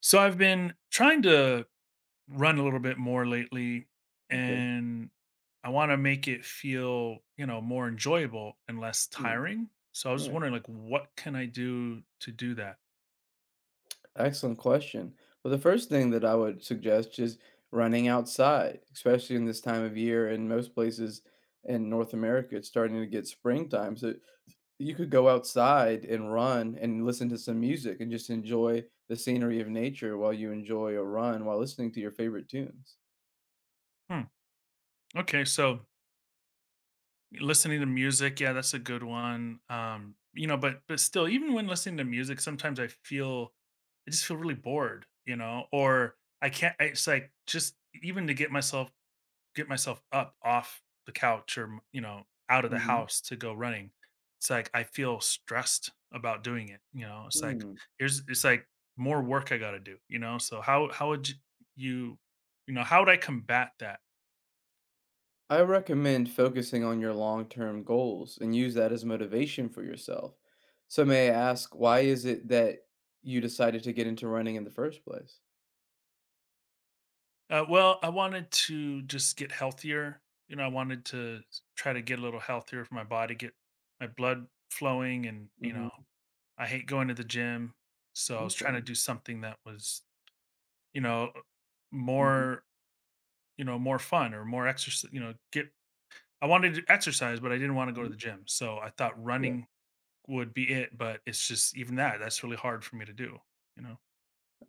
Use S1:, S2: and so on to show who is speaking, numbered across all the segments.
S1: So I've been trying to run a little bit more lately,
S2: Okay.
S1: and I want to make it feel more enjoyable and less
S2: Hmm.
S1: tiring. So I was
S2: All
S1: just
S2: right.
S1: wondering, like, what can I do to do that?
S2: Excellent question. Well, the first thing that I would suggest is running outside, especially in this time of year. In most places in North America, it's starting to get springtime. So you could go outside and run and listen to some music and just enjoy the scenery of nature while you enjoy a run while listening to your favorite tunes.
S1: Hmm. Okay, so listening to music, yeah, that's a good one. But still, even when listening to music, sometimes I just feel really bored, or I can't, it's like just even to get myself up off the couch, or out of the
S2: Mm-hmm.
S1: house to go running. It's like I feel stressed about doing it. It's like
S2: Hmm.
S1: here's it's like more work I got to do. So how would you you you know, how would I combat that?
S2: I recommend focusing on your long term goals and use that as motivation for yourself. So, may I ask, why is it that you decided to get into running in the first place?
S1: Well, I wanted to just get healthier. I wanted to try to get a little healthier for my body, get my blood flowing, and, you know,
S2: Hmm.
S1: I hate going to the gym. So I was
S2: Okay.
S1: trying to do something that was, you know,
S2: Hmm.
S1: more you know, more fun, or more exercise, you know, get I wanted to exercise, but I didn't want to go to
S2: Hmm.
S1: the gym. So I thought
S2: Yeah,
S1: running would be it, but it's just even that, that's really hard for me to do, you know.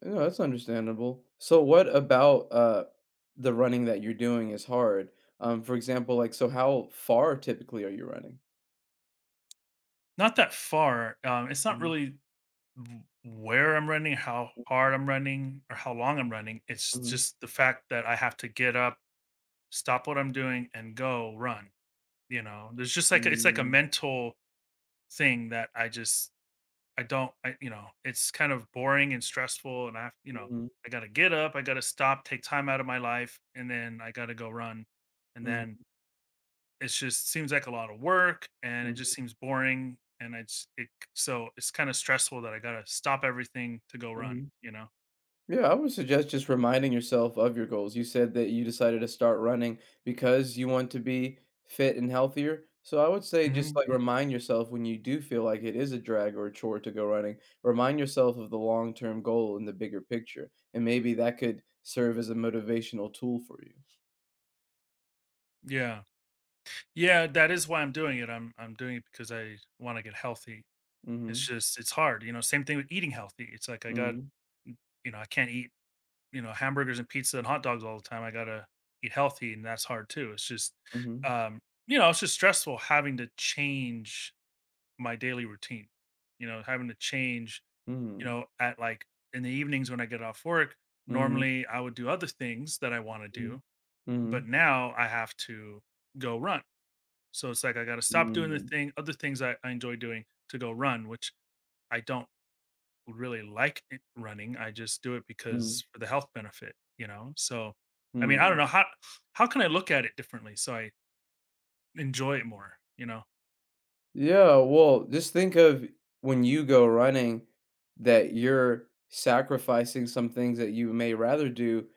S2: no, that's understandable. So, what about the running that you're doing is hard? For example, like, so how far typically are you running?
S1: Not that far. It's not
S2: Mm-hmm.
S1: really where I'm running, how hard I'm running, or how long I'm running. It's
S2: Mm-hmm.
S1: just the fact that I have to get up, stop what I'm doing, and go run. There's just like it's like a
S2: Mm-hmm.
S1: mental thing that I don't. It's kind of boring and stressful, and I have you know,
S2: Mm-hmm.
S1: I gotta get up, I gotta stop, take time out of my life, and then I gotta go run. And then it just seems like a lot of work, and it just
S2: Mm-hmm.
S1: seems boring, and it's it so it's kind of stressful that I gotta stop everything to go run,
S2: Mm-hmm.
S1: you know?
S2: Yeah, I would suggest just reminding yourself of your goals. You said that you decided to start running because you want to be fit and healthier. So I would say just
S1: Mhm.
S2: like remind yourself when you do feel like it is a drag or a chore to go running, remind yourself of the long term goal and the bigger picture. And maybe that could serve as a motivational tool for you.
S1: Yeah. Yeah, that is why I'm doing it. I'm doing it because I wanna get healthy. It's
S2: Mm-hmm.
S1: just it's hard, same thing with eating healthy. It's like
S2: Mm-hmm.
S1: I can't eat hamburgers and pizza and hot dogs all the time. I gotta eat healthy, and that's hard too. It's just, um, you know, it's just stressful having to change my daily routine. Having to change, you
S2: Mm-hmm.
S1: know, at like in the evenings when I get off work,
S2: Mm-hmm. Mm-hmm.
S1: normally I would do other things that I want to do,
S2: Mm-hmm. Mm-hmm.
S1: but now I have to go run. So it's like I gotta stop doing the
S2: Mm-hmm.
S1: thing, other things I enjoy doing to go run, which I don't really like it running. I just do it because for the health benefit. So, I mean, I don't
S2: Mm-hmm.
S1: know how can I look at it differently so I enjoy it more, you know?
S2: Yeah, well, just think of when you go running that you're sacrificing some things that you may rather do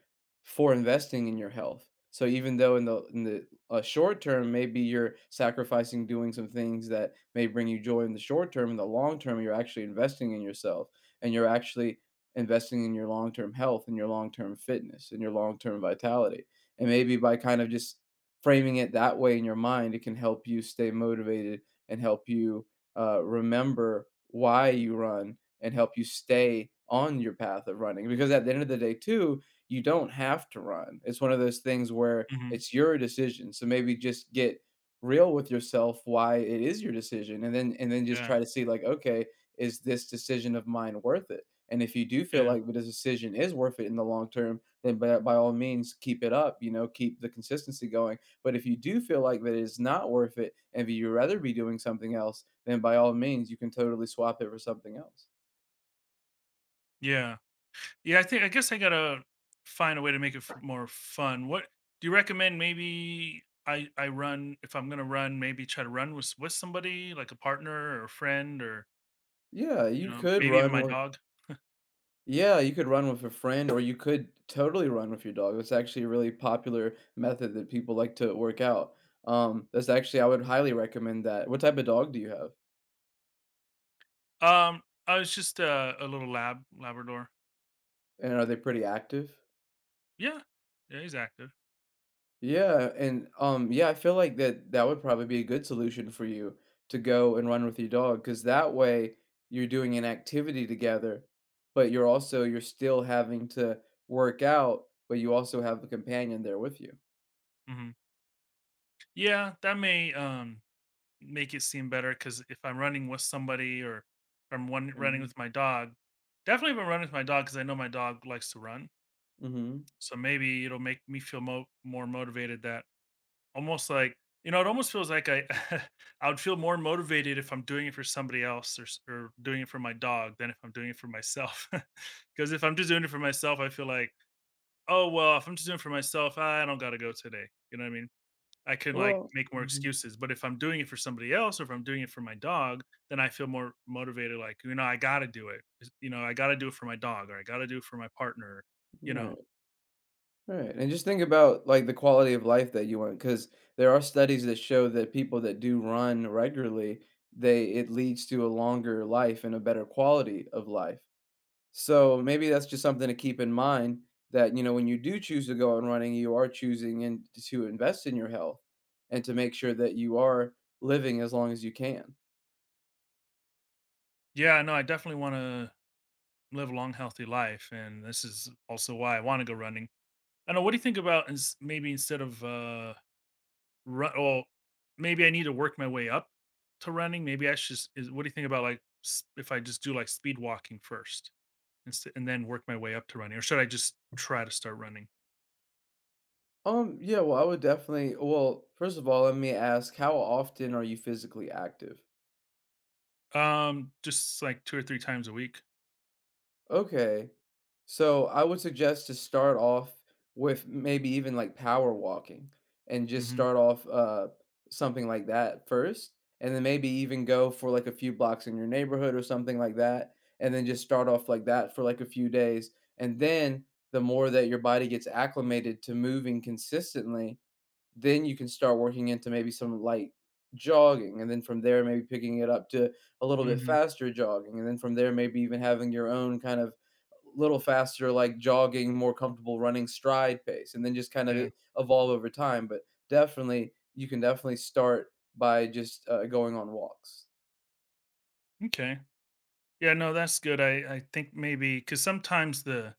S2: for investing in your health. So even though in the short term, maybe you're sacrificing doing some things that may bring you joy in the short term, in the long term, you're actually investing in yourself and you're actually investing in your long-term health and your long-term fitness and your long-term vitality. And maybe by kind of just framing it that way in your mind, it can help you stay motivated and help you remember why you run and help you stay on your path of running. Because at the end of the day, too, you don't have to run. It's one of those things where
S1: Mhm.
S2: it's your decision. So maybe just get real with yourself why it is your decision and then just
S1: Yeah.
S2: try to see like okay is this decision of mine worth it, and if you do feel
S1: Yeah.
S2: like the decision is worth it in the long term, then by all means keep it up, you know, keep the consistency going. But if you do feel like that it's not worth it and that you'd rather be doing something else, then by all means, you can totally swap it for something else.
S1: Yeah. Yeah, I think, I guess I got to find a way to make it more fun. What do you recommend? Maybe I run. If I'm going to run, maybe try to run with with somebody, like a partner or a friend or,
S2: Yeah,
S1: you
S2: you
S1: know,
S2: could
S1: maybe even
S2: run
S1: my
S2: with
S1: dog?
S2: yeah, you could run with a friend or you could totally run with your dog. It's actually a really popular method that people like to work out. That's actually I would highly recommend that. What type of dog do you have?
S1: I was just a little labrador.
S2: And are they pretty active?
S1: Yeah. Yeah, he's active.
S2: Yeah, and, yeah, I feel like that would probably be a good solution for you to go and run with your dog because that way you're doing an activity together, but you're still having to work out, but you also have a companion there with you.
S1: Mhm. Yeah, that may make it seem better, because if I'm running with somebody, or if I'm one running
S2: Mhm,
S1: with my dog, definitely if I'm running with my dog, because I know my dog likes to run.
S2: mhm.
S1: So maybe it'll make me feel more motivated. That almost like you know, it almost feels like I I would feel more motivated if I'm doing it for somebody else, or or doing it for my dog, than if I'm doing it for myself. Because if I'm just doing it for myself, I feel like, oh well, if I'm just doing it for myself, I don't got to go today. You know what I mean? I can, like,
S2: Well,
S1: make more
S2: mhm,
S1: excuses. But if I'm doing it for somebody else, or if I'm doing it for my dog, then I feel more motivated. Like, I got to do it. I got to do it for my dog, or I got to do it for my partner. You know,
S2: right, right, and just think about, like, the quality of life that you want, because there are studies that show that people that do run regularly, they it leads to a longer life and a better quality of life. So maybe that's just something to keep in mind that, you know, when you do choose to go on running, you are choosing and to invest in your health and to make sure that you are living as long as you can.
S1: yeah, no, I definitely want to live a long, healthy life. And this is also why I want to go running. I know. What do you think about maybe instead of, run, well, maybe I need to work my way up to running. Maybe I should, what do you think about, like, if I just do like speed walking first? And then work my way up to running, or should I just try to start running?
S2: Yeah, well, I would definitely, well, first of all, let me ask, how often are you physically active?
S1: Just like two or three times a week.
S2: Okay. So I would suggest to start off with maybe even like power walking and just
S1: Hmm.
S2: start off something like that first, and then maybe even go for like a few blocks in your neighborhood or something like that, and then just start off like that for like a few days, and then the more that your body gets acclimated to moving consistently, then you can start working into maybe some light jogging, and then from there, maybe picking it up to a little bit
S1: Hmm.
S2: faster jogging, and then from there, maybe even having your own kind of little faster, like jogging, more comfortable running stride pace, and then just
S1: Yeah.
S2: evolve over time. But definitely, you can definitely start by just going on walks.
S1: Okay. Yeah, no, that's good. I think maybe because sometimes the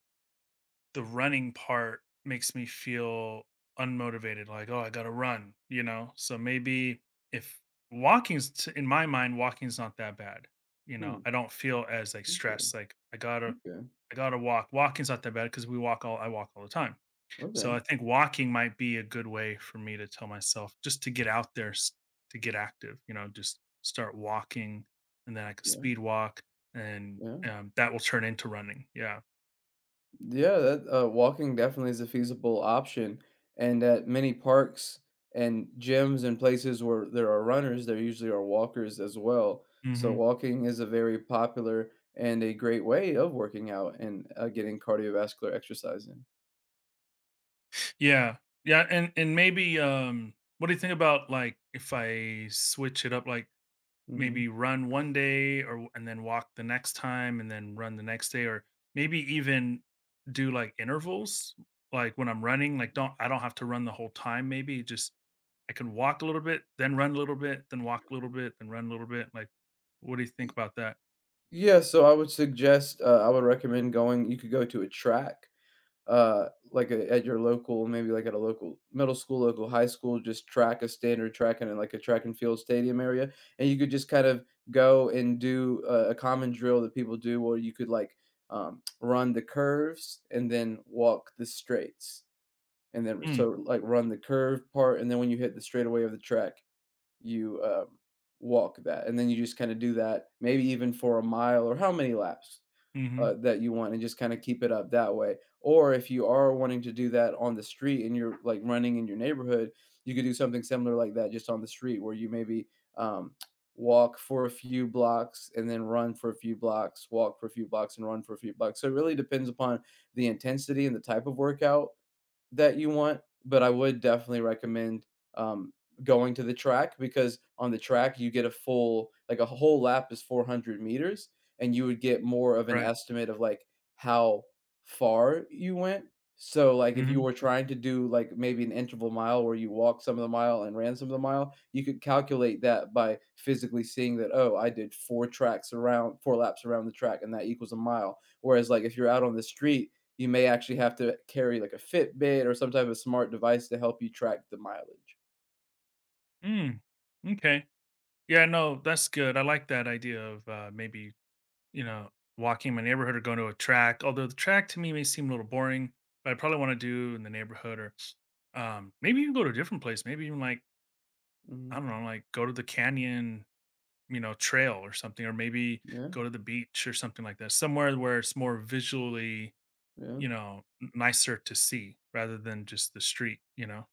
S1: the running part makes me feel unmotivated, like, oh, I gotta run, you know, so maybe if walking's t- in my mind, walking's not that bad.
S2: Hmm.
S1: I don't feel as, like, stressed,
S2: Okay.
S1: like, i gotta
S2: Okay.
S1: i gotta walking's not that bad, because we walk all I walk all the time. So
S2: Okay.
S1: I think walking might be a good way for me to tell myself just to get out there, to get active, you know, just start walking, and then I could
S2: Yeah.
S1: speed walk, and
S2: Yeah.
S1: that will turn into running. Yeah.
S2: Yeah, that walking definitely is a feasible option, and at many parks and gyms and places where there are runners, there usually are walkers as well. So
S1: Hmm.
S2: walking is a very popular and a great way of working out and getting cardiovascular exercise in.
S1: Yeah. Yeah. And maybe, what do you think about, like, if I switch it up? Like,
S2: Hmm.
S1: maybe run one day, or and then walk the next time, and then run the next day, or maybe even do, like, intervals, like, when I'm running, like, don't I don't have to run the whole time maybe. Just I can walk a little bit, then run a little bit, then walk a little bit, then run a little bit. Like, what do you think about that?
S2: Yeah, so I would suggest, I would recommend going. You could go to a track. Like, a at your local maybe, like, at a local middle school, local high school, just track a standard track and like, a track and field stadium area, and you could just kind of go and do a common drill that people do where you could, like, run the curves and then walk the straights, and then
S1: Mm,
S2: so, like, run the curve part, and then when you hit the straightaway of the track, you, walk that, and then you just kinda do that, maybe even for a mile or how many laps
S1: mhm,
S2: that you want, and just kind of keep it up that way. Or if you are wanting to do that on the street and you're like running in your neighborhood, you could do something similar like that just on the street where you maybe um, walk for a few blocks and then run for a few blocks, walk for a few blocks and run for a few blocks. So it really depends upon the intensity and the type of workout that you want, but I would definitely recommend, um, going to the track because on the track you get a full like a whole lap is 400 meters and you would get more of an
S1: right,
S2: estimate of like how far you went. So like if you
S1: mhm,
S2: were trying to do like maybe an interval mile where you walked some of the mile and ran some of the mile, you could calculate that by physically seeing that, oh, I did four laps around the track and that equals a mile. Whereas like if you're out on the street you may actually have to carry like a Fitbit or some type of smart device to help you track the mileage.
S1: mm, m'kay. Yeah, no, that's good. I like that idea of, maybe, you know, walking my neighborhood or going to a track. Although the track to me may seem a little boring, but I probably want to do in the neighborhood, or maybe even go to a different place. Maybe even like, I
S2: Hmm.
S1: don't know, like, go to the canyon trail or something, or maybe
S2: Yeah,
S1: go to the beach or something like that. Somewhere where it's more visually,
S2: yeah,
S1: nicer to see rather than just the street, you know,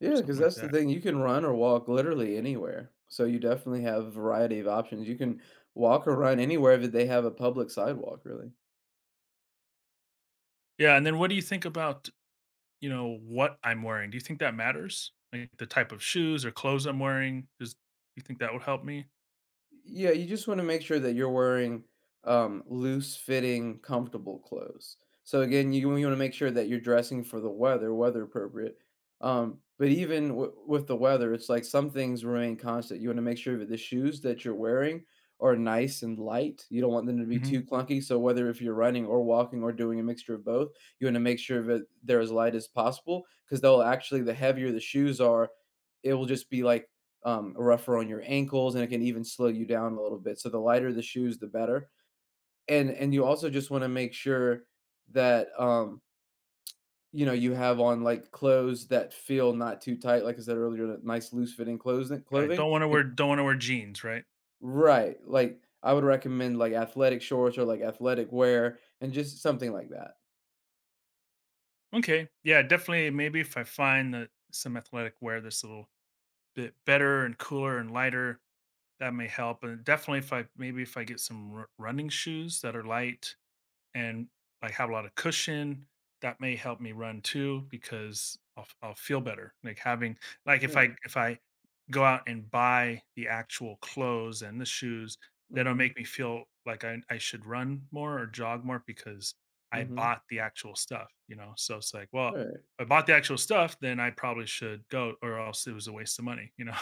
S2: yeah,
S1: something
S2: because
S1: like
S2: that's the
S1: that.
S2: thing. You can run or walk literally anywhere. So you definitely have a variety of options. You can walk or run anywhere that they have a public sidewalk, really.
S1: Yeah. And then what do you think about, what I'm wearing? Do you think that matters? Like the type of shoes or clothes I'm wearing? Does you think that would help me?
S2: Yeah, you just want to make sure that you're wearing loose fitting, comfortable clothes. So again, you want to make sure that you're dressing for the weather, weather appropriate. But even with the weather, it's like some things remain constant. You want to make sure that the shoes that you're wearing are nice and light. You don't want them to be too
S1: Mhm.
S2: clunky. So whether if you're running or walking or doing a mixture of both, you want to make sure that they're as light as possible because they'll actually the heavier the shoes are, it will just be like rougher on your ankles and it can even slow you down a little bit. So the lighter the shoes, the better. And you also just want to make sure that you know you have on like clothes that feel not too tight. Like I said earlier, that nice loose fitting
S1: Right.
S2: clothing.
S1: Don't wanna wear
S2: Like-
S1: don't wanna wear jeans, right?
S2: Right. Like I would recommend like athletic shorts or like athletic wear and just something like that.
S1: Okay. Yeah, definitely, maybe if I find that some athletic wear that's a little bit better and cooler and lighter, that may help. And definitely if I maybe if I get some r running shoes that are light and, like, have a lot of cushion, that may help me run too, because I'll feel better, like if
S2: Right.
S1: I go out and buy the actual clothes and the shoes. That'll
S2: Mm-hmm.
S1: make me feel like I should run more or jog more, because I
S2: Mm-hmm.
S1: bought the actual stuff. So it's like, well, if I bought the actual stuff, then I probably should go, or else it was a waste of money.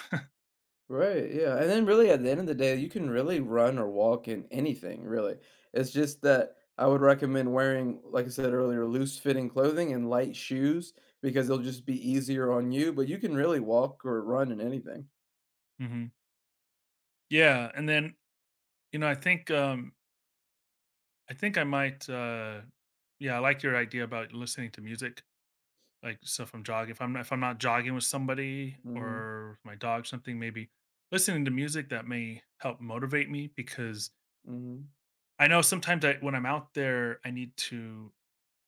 S2: Right, yeah, and then really at the end of the day, you can really run or walk in anything, really. It's just that I would recommend wearing, like I said earlier, loose fitting clothing and light shoes because they'll just be easier on you, but you can really walk or run in anything.
S1: Hmm. Yeah. And then, you know i think um I think I might, yeah, I like your idea about listening to music. Like, so if I'm jogging, if I'm not jogging with somebody
S2: Mhm,
S1: or with my dog, something, maybe listening to music that may help motivate me, because
S2: mhm,
S1: I know sometimes I when I'm out there I need to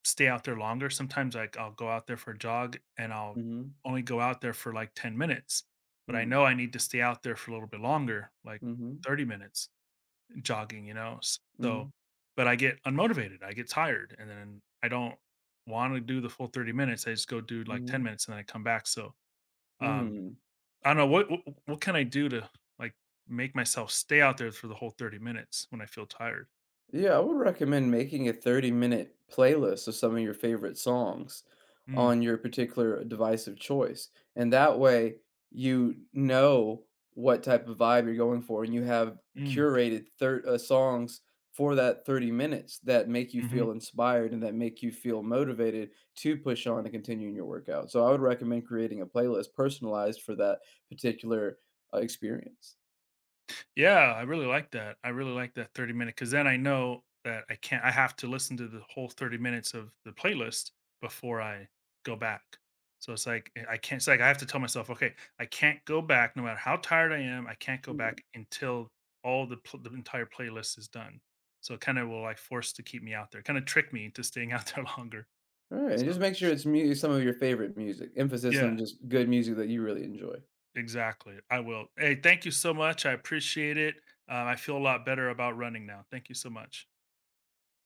S1: stay out there longer. Sometimes like I'll go out there for a jog, and I'll
S2: mhm,
S1: only go out there for like 10 minutes, but I
S2: mm,
S1: know I need to stay out there for a little bit longer, like
S2: mhm,
S1: 30 minutes jogging, you know? So,
S2: mhm,
S1: but I get unmotivated. I get tired, and then I don't want to do the full 30 minutes. I just go do
S2: mhm,
S1: like 10
S2: mhm,
S1: minutes and then I come back. So, um,
S2: mm.
S1: I don't know what, can I do to, like, make myself stay out there for the whole 30 minutes when I feel tired?
S2: Yeah, I would recommend making a 30-minute playlist of some of your favorite songs
S1: Mm.
S2: on your particular device of choice, and that way, you know what type of vibe you're going for, and you have
S1: Mm.
S2: curated thir songs for that 30 minutes that make you feel
S1: Mhm.
S2: inspired and that make you feel motivated to push on and continue in your workout. So I would recommend creating a playlist personalized for that particular, experience.
S1: Yeah, I really like that. I really like that 30 minute, because then I know that I can't, I have to listen to the whole 30 minutes of the playlist before I go back. So it's like, I can't, it's like I have to tell myself, okay, I can't go back no matter how tired I am. I can't go back until the entire playlist is done. So it kind of will like force to keep me out there, kind of trick me into staying out there longer.
S2: Alright, and
S1: So
S2: just make sure it's mu some of your favorite music. Emphasis
S1: yeah,
S2: on just good music that you really enjoy.
S1: exactly. I will. Hey, thank you so much. I appreciate it. I feel a lot better about running now. Thank you so much.